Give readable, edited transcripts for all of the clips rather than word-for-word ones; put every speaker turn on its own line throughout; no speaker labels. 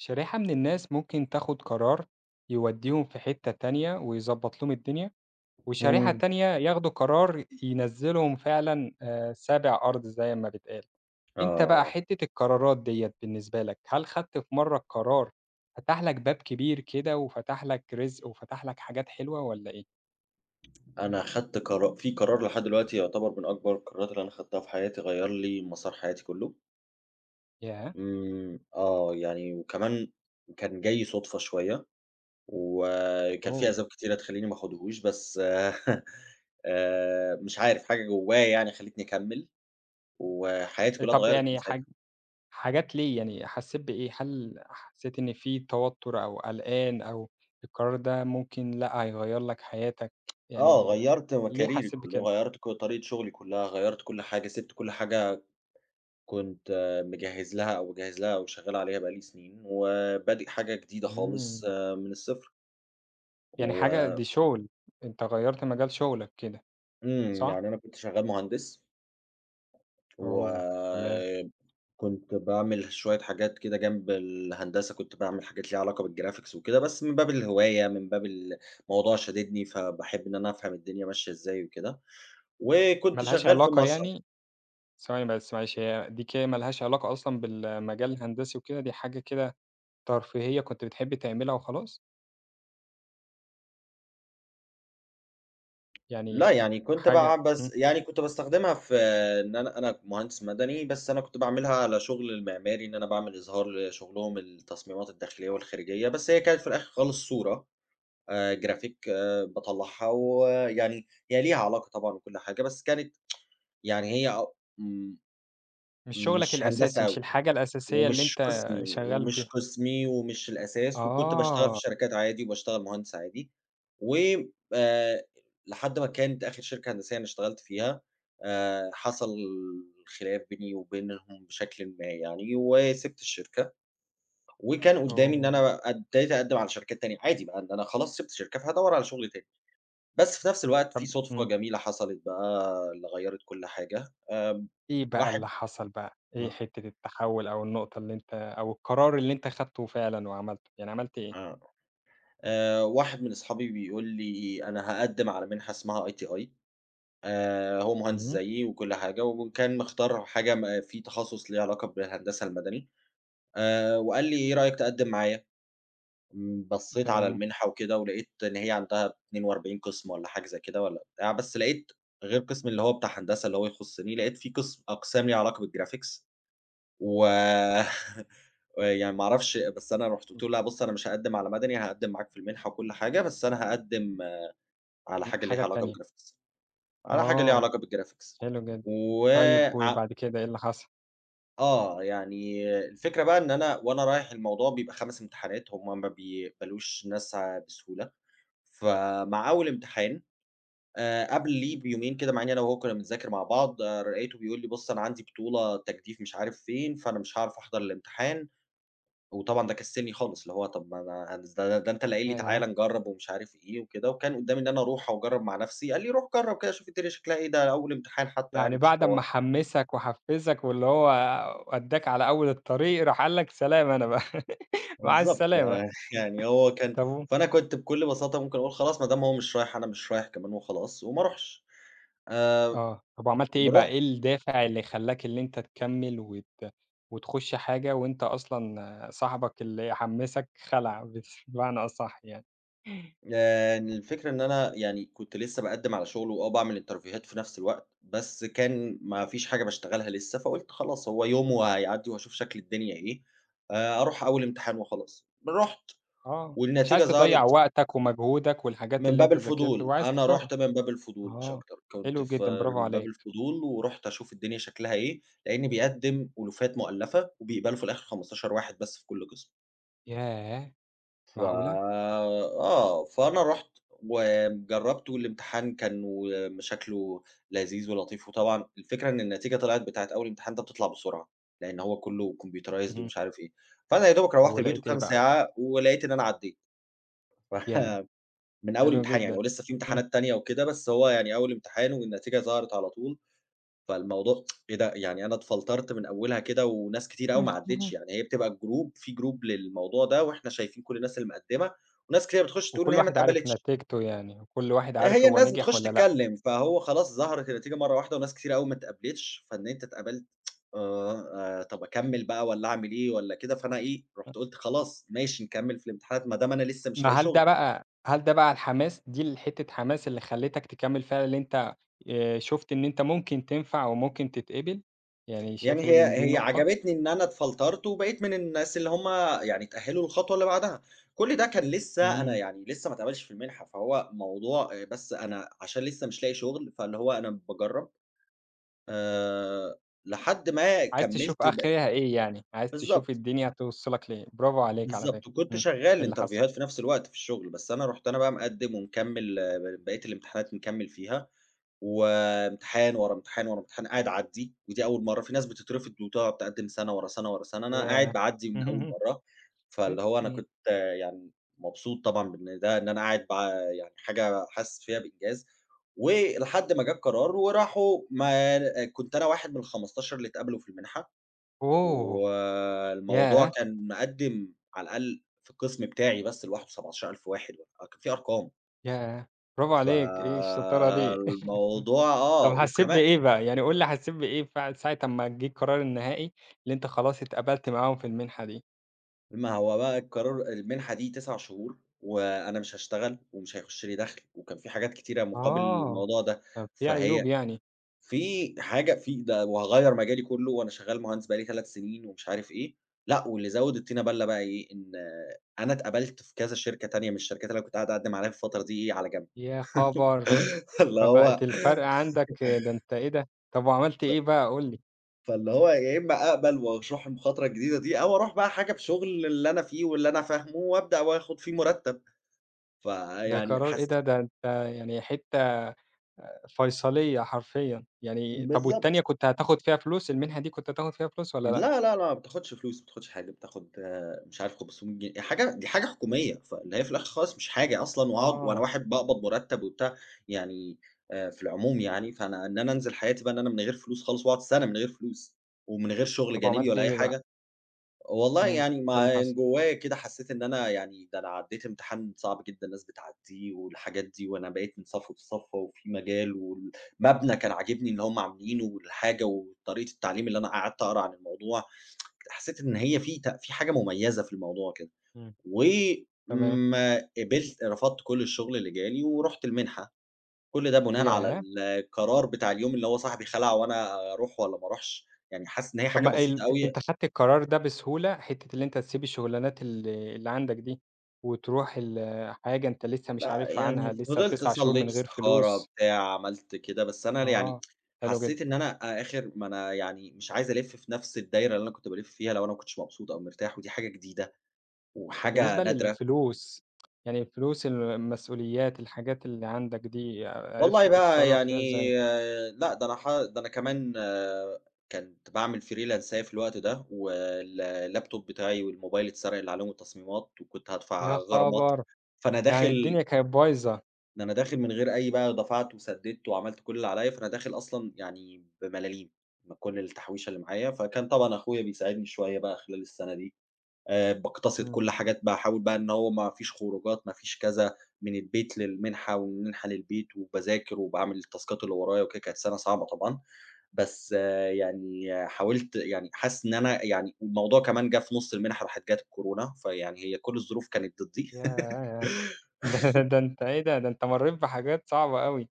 شريحة من الناس ممكن تاخد قرار يوديهم في حتة تانية ويضبط لهم الدنيا، وشريحة
إمم،
تانية ياخدوا قرار ينزّلهم فعلًا سابع أرض زي ما بيتقال. أنت بقى
آه،
حتة القرارات ديّة بالنسبة لك، هل خدت في مرّة قرار فتح لك باب كبير كده وفتح لك رزق وفتح لك حاجات حلوة والّا إيه؟
أنا خدت قرار لحد دلوقتي يعتبر من أكبر القرارات اللي أنا خدتها في حياتي، غيّر لي مسار حياتي كلّه.
ياه!
إمم، آه، يعني وكمان كان جاي صُدفة شوية، وكان في
أوه!
أسباب كتيرة تخلّيني ما آخدهوش، بس مش عارف حاجة جوايا يعني خلّتني أكمّل، وحياتي كلّها
طب
اتغيّرت من
يعني
ساعتها.
حاجات ليه، يعني حسّيت بإيه؟ هل حسّيت إن في توتُّر أو قلقان أو القرار ده ممكن لأ، هيغيّر لك حياتك، يعني
غيّرت
ليه
مكاريري
حسّيت
كلّه،
بكده؟
غيّرت طريقة شغلي كلّها، غيّرت كل حاجة، سِبت كل حاجة كنت مجهّز لها أو باجهّز لها أو شغّال عليها بقى لي سنين، وبادئ حاجة جديدة خالص
إمم.
من الصفر.
يعني
و
حاجة دي شُغل، أنت غيّرت مجال شُغلك كده
إمم،
صح؟
يعني أنا كنت شغّال مهندس،
أوه! تمام.
وكنت باعمل شوية حاجات كده جنب الهندسة، كنت باعمل حاجات ليها علاقة بالgraphics وكده، بس من باب الهواية، من باب الموضوع شاددني، فباحب إن أنا أفهم الدنيا ماشية إزاي وكده.
ما
وكنت
لهاش
شغّال في
علاقة يعني ثواني بس معلش هي دي كده ما لهاش علاقة أصلًا بالمجال الهندسي وكده، دي حاجة كده ترفيهية كنت بتحب تعملها وخلاص؟
لأ،
يعني
يعني كنت
حاجة
بس يعني كنت باستخدمها في إن أنا مهندس مدني، بس أنا كنت باعملها على شغل المعماري، إن أنا باعمل إظهار لشغلهم التصميمات الداخلية والخارجية، بس هي كانت في الآخر خالص صورة graphic باطلّعها ويعني هي ليها علاقة طبعًا وكل حاجة، بس كانت يعني هي أ م
مش شُغلك
مش
الأساسي،
هندسة
مش
أوي.
الحاجة الأساسية اللي
ومش
أنت
قسمي،
شغّال
ومش
بيها.
قسمي ومش الأساس، وكنت باشتغل في
آه،
شركات عادي وباشتغل مهندس عادي. و آآ لحد ما كانت آخر شركة هندسية أنا اشتغلت فيها حصل خلاف بيني وبينهم بشكلٍ ما يعني، وسِبت الشركة، وكان قدّامي إن
أوه!
أنا ابتديت أقدّم على شركات تانية، عادي بقى إن أنا خلاص سِبت شركة فهادوّر على شغل تاني، بس في نفس الوقت في
طَب
صُدفة جميلة حصلت بقى اللي غيّرت كل حاجة. آمم
إيه بقى
واحد
اللي حصل بقى؟ إيه
آه.
حتّة التحوّل أو النقطة اللي أنت أو القرار اللي أنت خدته فعلًا وعملته، يعني عملت إيه؟
آه. واحد من أصحابي بيقول لي: "أنا هاقدّم على منحة اسمها ITI". هو مهندس
اهم.
زيي وكل حاجة، وكان مختار حاجة في تخصُّص ليه علاقة بالهندسة المدني. وقال لي: "إيه رأيك تقدّم معايا؟" بصّيت على
تمام،
المنحة وكده ولقيت إن هي عندها 42 قِسم والّا حاجة زي كده والّا بتاع، بس لقيت غير قِسم اللي هو بتاع هندسة اللي هو يخُصّني، لقيت في قِسم أقسام ليها علاقة بالgraphics و يعني ما أعرفش، بس أنا رُحت
إمم،
قُلت له: "لأ بُص أنا مش هاقدّم على مدني، هاقدّم معاك في المنحة وكل حاجة، بس أنا هاقدّم على
إمم،
حاجة
حاجة
ليها علاقة
تانية،
بالgraphics، على حاجة ليها
آه،
علاقة بالgraphics
حلو جدًا. طيب
وع
وبعد كده إيه اللي حصل؟
آه، يعني الفكرة بقى إن أنا وأنا رايح الموضوع بيبقى 5 امتحانات، هم ما بيقبلوش ناس بسهولة. فمع أول امتحان، قبليه بيومين كده مع إني أنا وهو كنا بنذاكر مع بعض، آه، لقيته بيقول لي: "بُص أنا عندي بطولة تجديف مش عارف فين، فأنا مش هاعرف أحضر الامتحان." وطبعًا ده كسّلني خالص، اللي هو طَب ما أنا هنز ده ده أنت اللي قايل لي تعالَ
ياه!
نجرّب ومش عارف إيه وكده، وكان قدّامي إن أنا أروح أجرّب مع نفسي، قال لي: "روح جرّب كده شوف الدنيا شكلها إيه، ده أول امتحان حتى
يعني
يعني مش
بعد
حوار."
أمّا حمّسك وحفّزك واللي هو ودّاك على أول الطريق، راح قال لك سلام أنا بقى، مع
بالضبط.
السلامة.
يعني هو كان
طَب و
فأنا كنت بكل بساطة ممكن أقول خلاص ما دام هو مش رايح أنا مش رايح كمان وخلاص وما أروحش. آآ،
آه، طب وعملت إيه بقى،
بنروح
إيه الدافع اللي خلّاك اللي أنت تكمّل وتخُش حاجة وأنت أصلًا صاحبك اللي حمّسك خَلع بس بمعنى أصح يعني،
الفكرة إن أنا يعني كنت لسه باقدّم على شغل وآه باعمل الترفيهات في نفس الوقت، بس كان ما فيش حاجة باشتغلها لسه، فقُلت خلاص هو يوم وهيعدّي وهاشوف شكل الدنيا إيه. أروح أول امتحان وخلاص. رُحت
آه، مش
والنتيجة
عايز تضيّع
ظهرت
وقتك ومجهودك والحاجات
من
اللي
باب
أنت ذاكرته
الفضول،
وعايز
أنا
تجرّب،
رُحت من باب الفضول مش
آه،
أكتر. كنت
حلو
ف
جدًا برافو
من باب
عليك،
الفضول ورُحت أشوف الدنيا شكلها إيه، لإني بيقدّم ألوفات مؤلّفة وبيقبلوا في الآخر 15 واحد بس في كل قسم.
ياه!
ف
معقولة!
آه، فأنا رُحت وجرّبته. الامتحان كان شكله لذيذ ولطيف. وطبعًا الفكرة إن النتيجة طلعت بتاعة أول امتحان ده بتطلع بسرعة، لإن هو كلّه computerized
اهم،
ومش عارف إيه. فأنا يا دوبك
طب
روّحت البيت
ولقيت إيه
وكام
بقى؟
ساعة ولقيت إن أنا عدّيت. ف
ياه!
من أول
حلو
امتحان يعني،
جدًا،
هو لسه في
إمم،
امتحانات تانية وكده، بس هو يعني أول امتحان والنتيجة ظهرت على طول. فالموضوع إيه ده! يعني أنا اتفلترت من أولها كده وناس كتير أوي ما عدِّتش، يعني هي بتبقى الجروب في جروب للموضوع ده وإحنا شايفين كل الناس اللي مقدِّمة وناس كتير بتخُش تقول إن
وكل
هي ما
واحد عارف
اتقبلتش.
نتيجته يعني، وكل واحد عارف
هي
هو
الناس
نجح
بتخُش
والّا لأ.
تتكلّم، فهو خلاص ظهرت النتيجة مرّة واحدة وناس كتير أوي ما اتقبلتش. فإن أنت اتقبلت، آه، طَب أكمّل بقى والّا أعمل إيه والّا كده، فأنا إيه، رُحت قُلت خلاص ماشي نكمّل في الامتحانات ما دام أنا لسه مش
ما
لاقي
هل
شُغل.
ده بقى هل ده بقى الحماس دي الحتّة حماس اللي خلّتك تكمّل فعلًا اللي أنت شُفت إن أنت ممكن تنفع وممكن تتقبل؟ يعني
يعني
شايف ايه
هي
إن دي
هي
نقطة؟
عجبتني إن أنا اتفلترت وبقيت من الناس اللي هم يعني اتأهلوا للخطوة اللي بعدها. كل ده كان لسه أنا
إمم،
يعني لسه ما اتقبلتش في المنحة، فهو موضوع بس أنا عشان لسه مش لاقي شغل، فاللي هو أنا باجرّب. آآ لحد ما
عايز تشوف
كمّلت ب
آخرها إيه يعني، عايز تشوف
بالضبط.
الدنيا هتوصّلك لإيه، برافو عليك على فكرة،
وكنت
إمم، إيه
شغّال
اللي حصل؟
انترفيوهات في نفس الوقت في الشغل، بس أنا رُحت أنا بقى مقدّم ومكمّل بقية الامتحانات مكمّل فيها. وامتحان ورا امتحان ورا امتحان قاعد أعدّيه، ودي أول مرّة، في ناس بتترفض وتقعد تقدّم سَنة ورا سَنة ورا سَنة، أنا قاعد
ياه!
باعدّي من أول مرّة. فاللي هو أنا
إمم،
كنت آه، يعني مبسوط طبعًا بإن ده إن أنا قاعد يعني حاجة حاسس فيها بإنجاز. ولحد ما جه القرار وراحوا ما كنت أنا واحد من ال15 اللي اتقبلوا في المنحة،
أوه!
والموضوع
ياه!
كان مقدّم على الأقل في القسم بتاعي بس لوحده 17.000 واحد، كان في أرقام.
ياه! برافو عليك، إيه الشطارة دي!
فالموضوع آه،
طب حسّيت
وكمان
بإيه بقى، يعني قُل لي حسّيت بإيه ساعة أمّا جِه القرار النهائي اللي أنت خلاص اتقبلت معاهم في المنحة دي؟
ما هو بقى القرار المنحة دي 9 شهور، وأنا مش هاشتغل ومش هيخش لي دخل، وكان في حاجات كتيرة مقابل
آه،
الموضوع ده.
طب في
فهي
عيوب يعني،
في حاجة في ده وهاغيّر مجالي كلّه وأنا شغّال مهندس بقى لي 3 سنين ومش عارف إيه. لأ واللي زوّد الطينة بَلّة بقى إيه، إن أنا اتقبلت في كذا شركة تانية من الشركات اللي أنا كنت قاعد أقدّم عليها في الفترة دي إيه، على جنب.
يا خبر!
فاللي
فبقت
هو
الفرق عندك ده أنت إيه ده! طب وعملت إيه بقى قُل لي؟
فاللي هو يا إمّا أقبل وأروح المخاطرة الجديدة دي، أو أروح بقى حاجة بشغل اللي أنا فيه واللي أنا فاهمه وأبدأ وآخُد فيه مُرتّب.
ده
فيعني
قرار إيه
حس
ده! ده أنت يعني حتّة فيصلية حرفيًا، يعني طب والتانية
بالضبط.
كنت هتاخد فيها فلوس، المنحة دي كنت هتاخد فيها فلوس والّا لأ؟
لا، لا، لا، ما بتاخدش فلوس، ما بتاخدش حاجة، بتاخد آه، مش عارف 500 جنيه حاجة دي حاجة حكومية. فاللي هي في الآخر خالص مش حاجة أصلًا وأقعد وأنا
آه،
واحد باقبض مرتب وبتاع يعني، في العموم يعني. فأنا إن أنا أنزل حياتي بقى إن أنا من غير فلوس خالص وأقعد سَنة من غير فلوس، ومن غير شغل
طب
جانبي
وعملت
ولا أي
إيه بقى؟
حاجة. والله
إمم،
يعني
إيه اللي
ما
حصل؟
جوايا كده حسيت إن أنا يعني ده أنا عدّيت امتحان صعب جدًا الناس بتعدّيه والحاجات دي، وأنا بقيت من صف لصف وفي مجال والمبنى كان عاجبني اللي هم عاملينه والحاجة وطريقة التعليم اللي أنا قعدت أقرا عن الموضوع. حسيت إن هي في حاجة مميزة في الموضوع كده،
إمم، تمام،
وما قبلت رفضت كل الشغل اللي جالي ورُحت المنحة. كل ده بناءً على
ياه!
القرار بتاع اليوم اللي هو صاحبي خلع وأنا أروح والّا ما أروحش، يعني حاسس إن هي
طب
حاجة
ما ال
بسيطة أوي.
أنت خدت القرار ده بسهولة، حتّة اللي أنت تسيب الشغلانات اللي عندك دي، وتروح حاجة أنت لسه مش
لأ،
عارف عنها،
يعني
لسه
فضلت
9 شهور
صلّيت
من غير
استخارة،
فلوس،
بتاع، عملت كده، بس أنا
آه،
يعني
حلو جدًا.
حسّيت إن أنا آخر ما أنا يعني مش عايز ألِف في نفس الدايرة اللي أنا كنت بالِف فيها لو أنا ما كنتش مبسوط أو مرتاح، ودي حاجة جديدة
طب
وحاجة
بالنسبة
نادرة.
للفلوس، يعني الفلوس، المسؤوليات، الحاجات اللي عندك دي، عرفت
والله بقى
تتصرّف
يعني،
فيها إزاي؟
لأ، ده أنا كمان كنت باعمل فريلانساية في الوقت ده، اللاب توب بتاعي والموبايل اتسرق اللي عليهم التصميمات، وكنت هادفع
يا
غرامات.
خبر!
فأنا
يعني
داخل
الدنيا كانت بايظة،
ده أنا داخل من غير أي بقى دفعت وسددت وعملت كل اللي عليّا، فأنا داخل أصلًا يعني بملاليم من كل التحويشة اللي معايا، فكان طبعًا أخويا بيساعدني شوية بقى خلال السنة دي. باقتصد
إمم،
كل حاجات باحاول بقى إن هو ما فيش خروجات، ما فيش كذا، من البيت للمنحة ومن المنحة للبيت، وباذاكر وباعمل التاسكات اللي ورايا وكده. كانت سنة صعبة طبعًا، بس يعني حاولت يعني حاسس إن أنا يعني والموضوع كمان جه في نُص المنحة راحت جات الكورونا، فيعني هي كل الظروف كانت ضدّي.
ياه! ده أنت إيه ده، ده أنت مرّيت بحاجات صعبة أوي.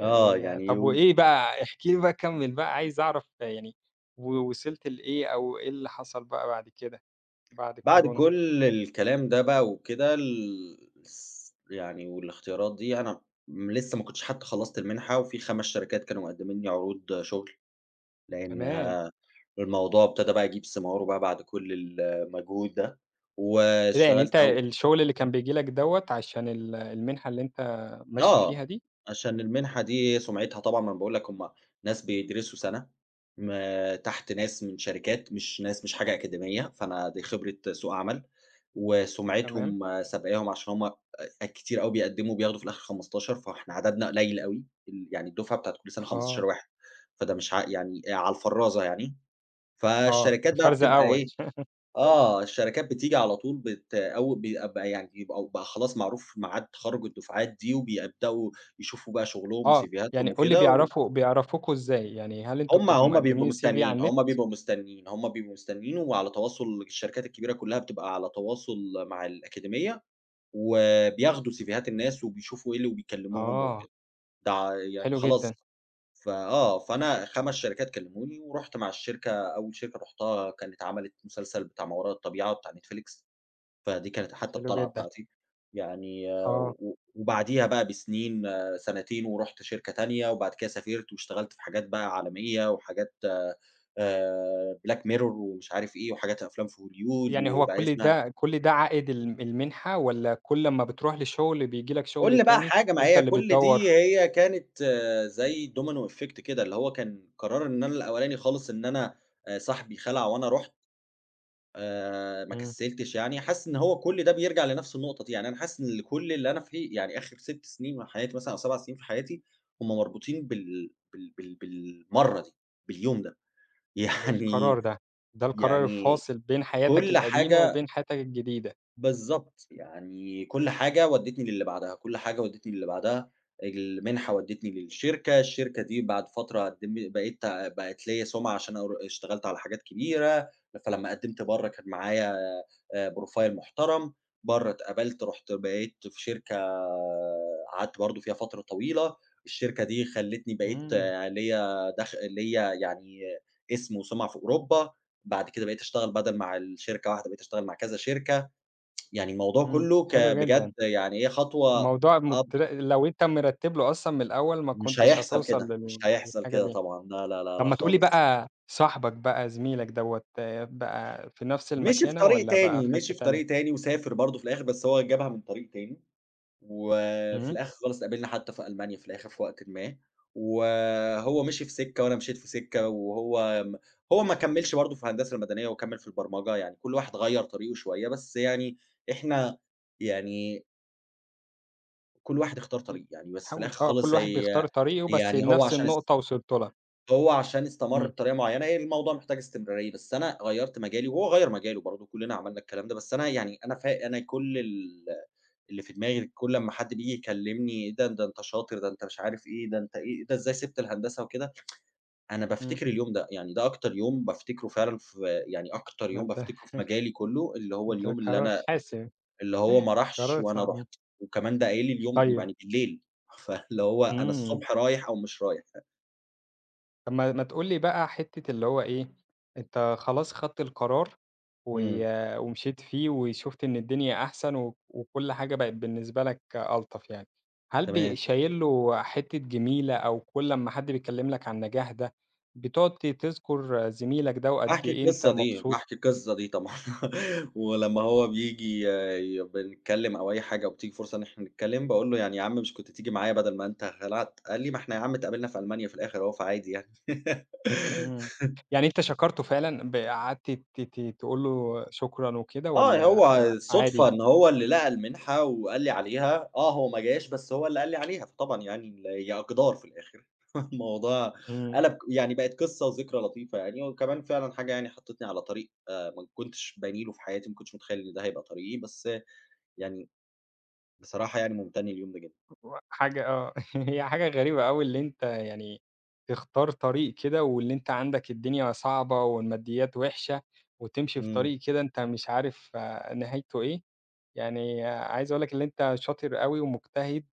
آه، يعني
طب
و
وإيه بقى احكِ لي بقى كمّل بقى، عايز أعرف يعني ووصلت لإيه أو إيه اللي حصل بقى بعد كده، بعد
بعد
الكورونا
كل الكلام ده بقى وكده ال الس يعني والاختيارات دي أنا لسه ما كنتش حتى خلّصت المنحة، وفي 5 شركات كانوا مقدّمين لي عروض شغل، لأن
كمان!
الموضوع ابتدى بقى يجيب ثماره بقى بعد كل المجهود ده.
إيه ده يعني أنت
واشتغلت أو
الشغل اللي كان بييجي لك دوّة عشان المنحة اللي أنت ماشي
آه،
فيها دي،
عشان المنحة دي سُمعتها طبعًا ما أنا باقول لك هُم ناس بيدرسوا سَنة، ما تحت ناس من شركات مش ناس مش حاجة أكاديمية، فأنا دي خبرة سوق عمل،
تمام،
وسُمعتهم سابقاهم عشان هُم أ كتير أوي بيقدّموا بياخدوا في الآخر 15 فإحنا عددنا قليل أوي، يعني الدفعة بتاعة كل سَنة
آه،
15 واحد، فده مش يعني على الفرّازة يعني.
آه،
فالشركات بقى
فرز
بتبقى
أول
إيه آه، الشركات بتيجي على طول أو بيبقى بقى، يعني بيبقى بقى خلاص معروف ميعاد تخرُّج الدفعات دي، وبيبدؤوا يشوفوا بقى شغلهم
آه، يعني
وسيفيهاتهم
قُل لي
وكده. وهُم
بيعرفوكوا إزاي، يعني هل أنتم
هُم
بتبقوا
هم بيبقوا
مقدمين الCV على
مستنيين،
النت؟
هُم بيبقوا مستنيين، هُم بيبقوا مستنيين وعلى تواصل الشركات الكبيرة كلّها بتبقى على تواصل مع الأكاديمية، وبياخدوا سيفيهات الناس وبيشوفوا إيه اللي وبيكلّموهم
آه،
وكده. ده ع يعني
حلو
خلاص
جدًا،
فآه، فأنا 5 شركات كلّموني ورُحت مع الشركة أول شركة رُحتها كانت عملت مسلسل بتاع ما وراء الطبيعة بتاع Netflix. فدي كانت حتى
حلو
الطلعة
جدًا،
بتاعتي. يعني آه،
آه.
و وبعديها بقى بسنين آه، سنتين ورُحت شركة تانية، وبعد كده سافرت واشتغلت في حاجات بقى عالمية وحاجات Black Mirror ومش عارف إيه، وحاجات أفلام في هوليود
يعني هو كل
وبقيتنا
ده كل ده عائد المنحة والّا كل أمّا بتروح لشغل بييجي لك شغل
كل بقى
تاني
حاجة ما
أنت
هي
اللي
كل دي
بتدوّر؟
هي كانت آه، زي domino effect كده، اللي هو كان قرار إن أنا الأولاني خالص إن أنا صاحبي خَلع وأنا رُحت ما
إمم،
كسّلتش يعني. حاسس إن هو كل ده بيرجع لنفس النقطة دي، يعني أنا حاسس إن كل اللي أنا فيه يعني آخر 6 سنين من حياتي مثلًا أو 7 سنين في حياتي، هم مربوطين بالمَرّة دي، باليوم ده. يعني
بالقرار ده، ده القرار
يعني
الفاصل بين حياتك
كل
القديمة
حاجة
وبين حياتك الجديدة.
بالضبط، يعني كل حاجة ودّتني للي بعدها، كل حاجة ودّتني للي بعدها. المنحة ودّتني للشركة، الشركة دي بعد فترة قدم بقت ليّا سُمعة عشان اشتغلت على حاجات كبيرة. فلمّا قدّمت برّه كان معايا profile محترم. برّه اتقبلت رُحت بقيت في شركة آه، قعدت برضه فيها فترة طويلة. الشركة دي خلّتني بقيت
إمم،
آه، ليّا ليّا يعني اسم وسُمعة في أوروبا. بعد كده بقيت أشتغل بدل مع الشركة واحدة بقيت أشتغل مع كذا شركة. يعني الموضوع
إمم،
كُلّه
حلو جدًا،
بجد يعني هي خطوة
موضوع
آه،
لو أنت مرتّب له أصلًا من الأول ما
مش
كنتش
هيحصل
هتوصل
كده، مش هيحصل
للحاجة
كده
دي.
طبعًا، لا، لا، لا،
طب
لا
ما تقول لي
خالص.
بقى صاحبك بقى زميلك دوّة بقى في نفس
مشي في
المكانة
طريق
والّا بقى
تاني،
في حتّة
مشي في
تانية؟
طريق تاني وسافر برضه في الآخر، بس هو جابها من طريق تاني. وفي
إمم.
الآخر خالص اتقابلنا حتى في ألمانيا في الآخر في وقتٍ ما. وهو مشي في سكة وأنا مشيت في سكة. وهو م هو ما كمّلش برضه في الهندسة المدنية، هو كمّل في البرمجة. يعني كل واحد غيّر طريقه شوية، بس يعني إحنا يعني كل واحد اختار
ب
طريق يعني، بس في
باحاول
الآخر
آه، كل
خالص
واحد
هي
بيختار طريقه، بس
يعني
لنفس النقطة وصلت لها.
هو عشان استمر
إمم،
بطريقة معيّنة، هي الموضوع محتاج استمرارية، بس أنا غيّرت مجالي وهو غيّر مجاله برضه، كُلّنا عملنا الكلام ده، بس أنا يعني أنا كل ال اللي في دماغي كل أمّا حد بييجي يكلّمني إيه ده، ده أنت شاطر، ده أنت مش عارف إيه، ده أنت إيه، إيه ده إزاي سِبت الهندسة وكده. أنا
إمم.
بافتكر اليوم ده، يعني ده أكتر يوم بافتكره فعلًا في يعني أكتر
ما
يوم
ده
بافتكره في مجالي كُلّه، اللي هو
ده
اليوم اللي
قرار
أنا
حاسم،
اللي هو ما راحش
قرار
وأنا
صعب، إمم،
رُحت. وكمان ده قايل لي اليوم
طيب
يعني بالليل. فاللي هو أنا
إمم،
الصبح رايح أو مش رايح.
طب ما تقول لي بقى حتّة اللي هو إيه، أنت خلاص خدت القرار و
إمم،
ومشيت فيه وشُفت إن الدنيا أحسن وكل حاجة بقت بالنسبة لك ألطف يعني، هل
تمام.
شايل له حتّة جميلة أو كل أمّا حد بيكلّم لك عن النجاح ده، بتقعد تذكر زميلك ده وقد
باحكي
إيه أنت
القصة دي،
مبسوط
باحكي القصة دي طبعًا. ولمّا هو بييجي بنتكلم أو أي حاجة وبتيجي فرصة إن إحنا نتكلم، باقول له: "يعني يا عم مش كنت تيجي معايا بدل ما أنت خلعت؟" قال لي: "ما إحنا يا عم اتقابلنا في ألمانيا في الآخر أهو، فعادي يعني."
إمم. يعني أنت شكرته فعلًا قعدت ت ت تقول له شكرًا وكده
آه،
والّا
هو
عادي؟
الصُدفة إن هو اللي لقى المنحة وقال لي عليها. آه، هو ما جاش بس هو اللي قال لي عليها، فطبعًا يعني هي أقدار في الآخر. الموضوع
إمم.
قلب يعني بقت قصة وذكرى لطيفة يعني، وكمان فعلًا حاجة يعني حطّتني على طريق ما كنتش باني له في حياتي، ما كنتش متخيّل إن ده هيبقى طريقي، بس يعني بصراحة يعني ممتن لليوم ده جدًا.
و حاجة آه. هي حاجة غريبة أوي اللي أنت يعني تختار طريق كده واللي أنت عندك الدنيا صعبة والماديات وِحشة وتمشي في
إمم،
طريق كده أنت مش عارف نهايته إيه. يعني عايز أقول لك اللي أنت شاطر أوي ومجتهد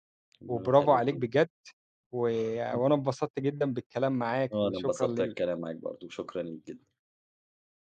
ربنا
وبرافو عليك
يخلّيكم.
بجد و وأنا اتبسطت جدًا بالكلام معاك
آه، أنا
وشكرًا
انبسطت
ليك.
الكلام معاك برضه، شكرًا ليك جدًا.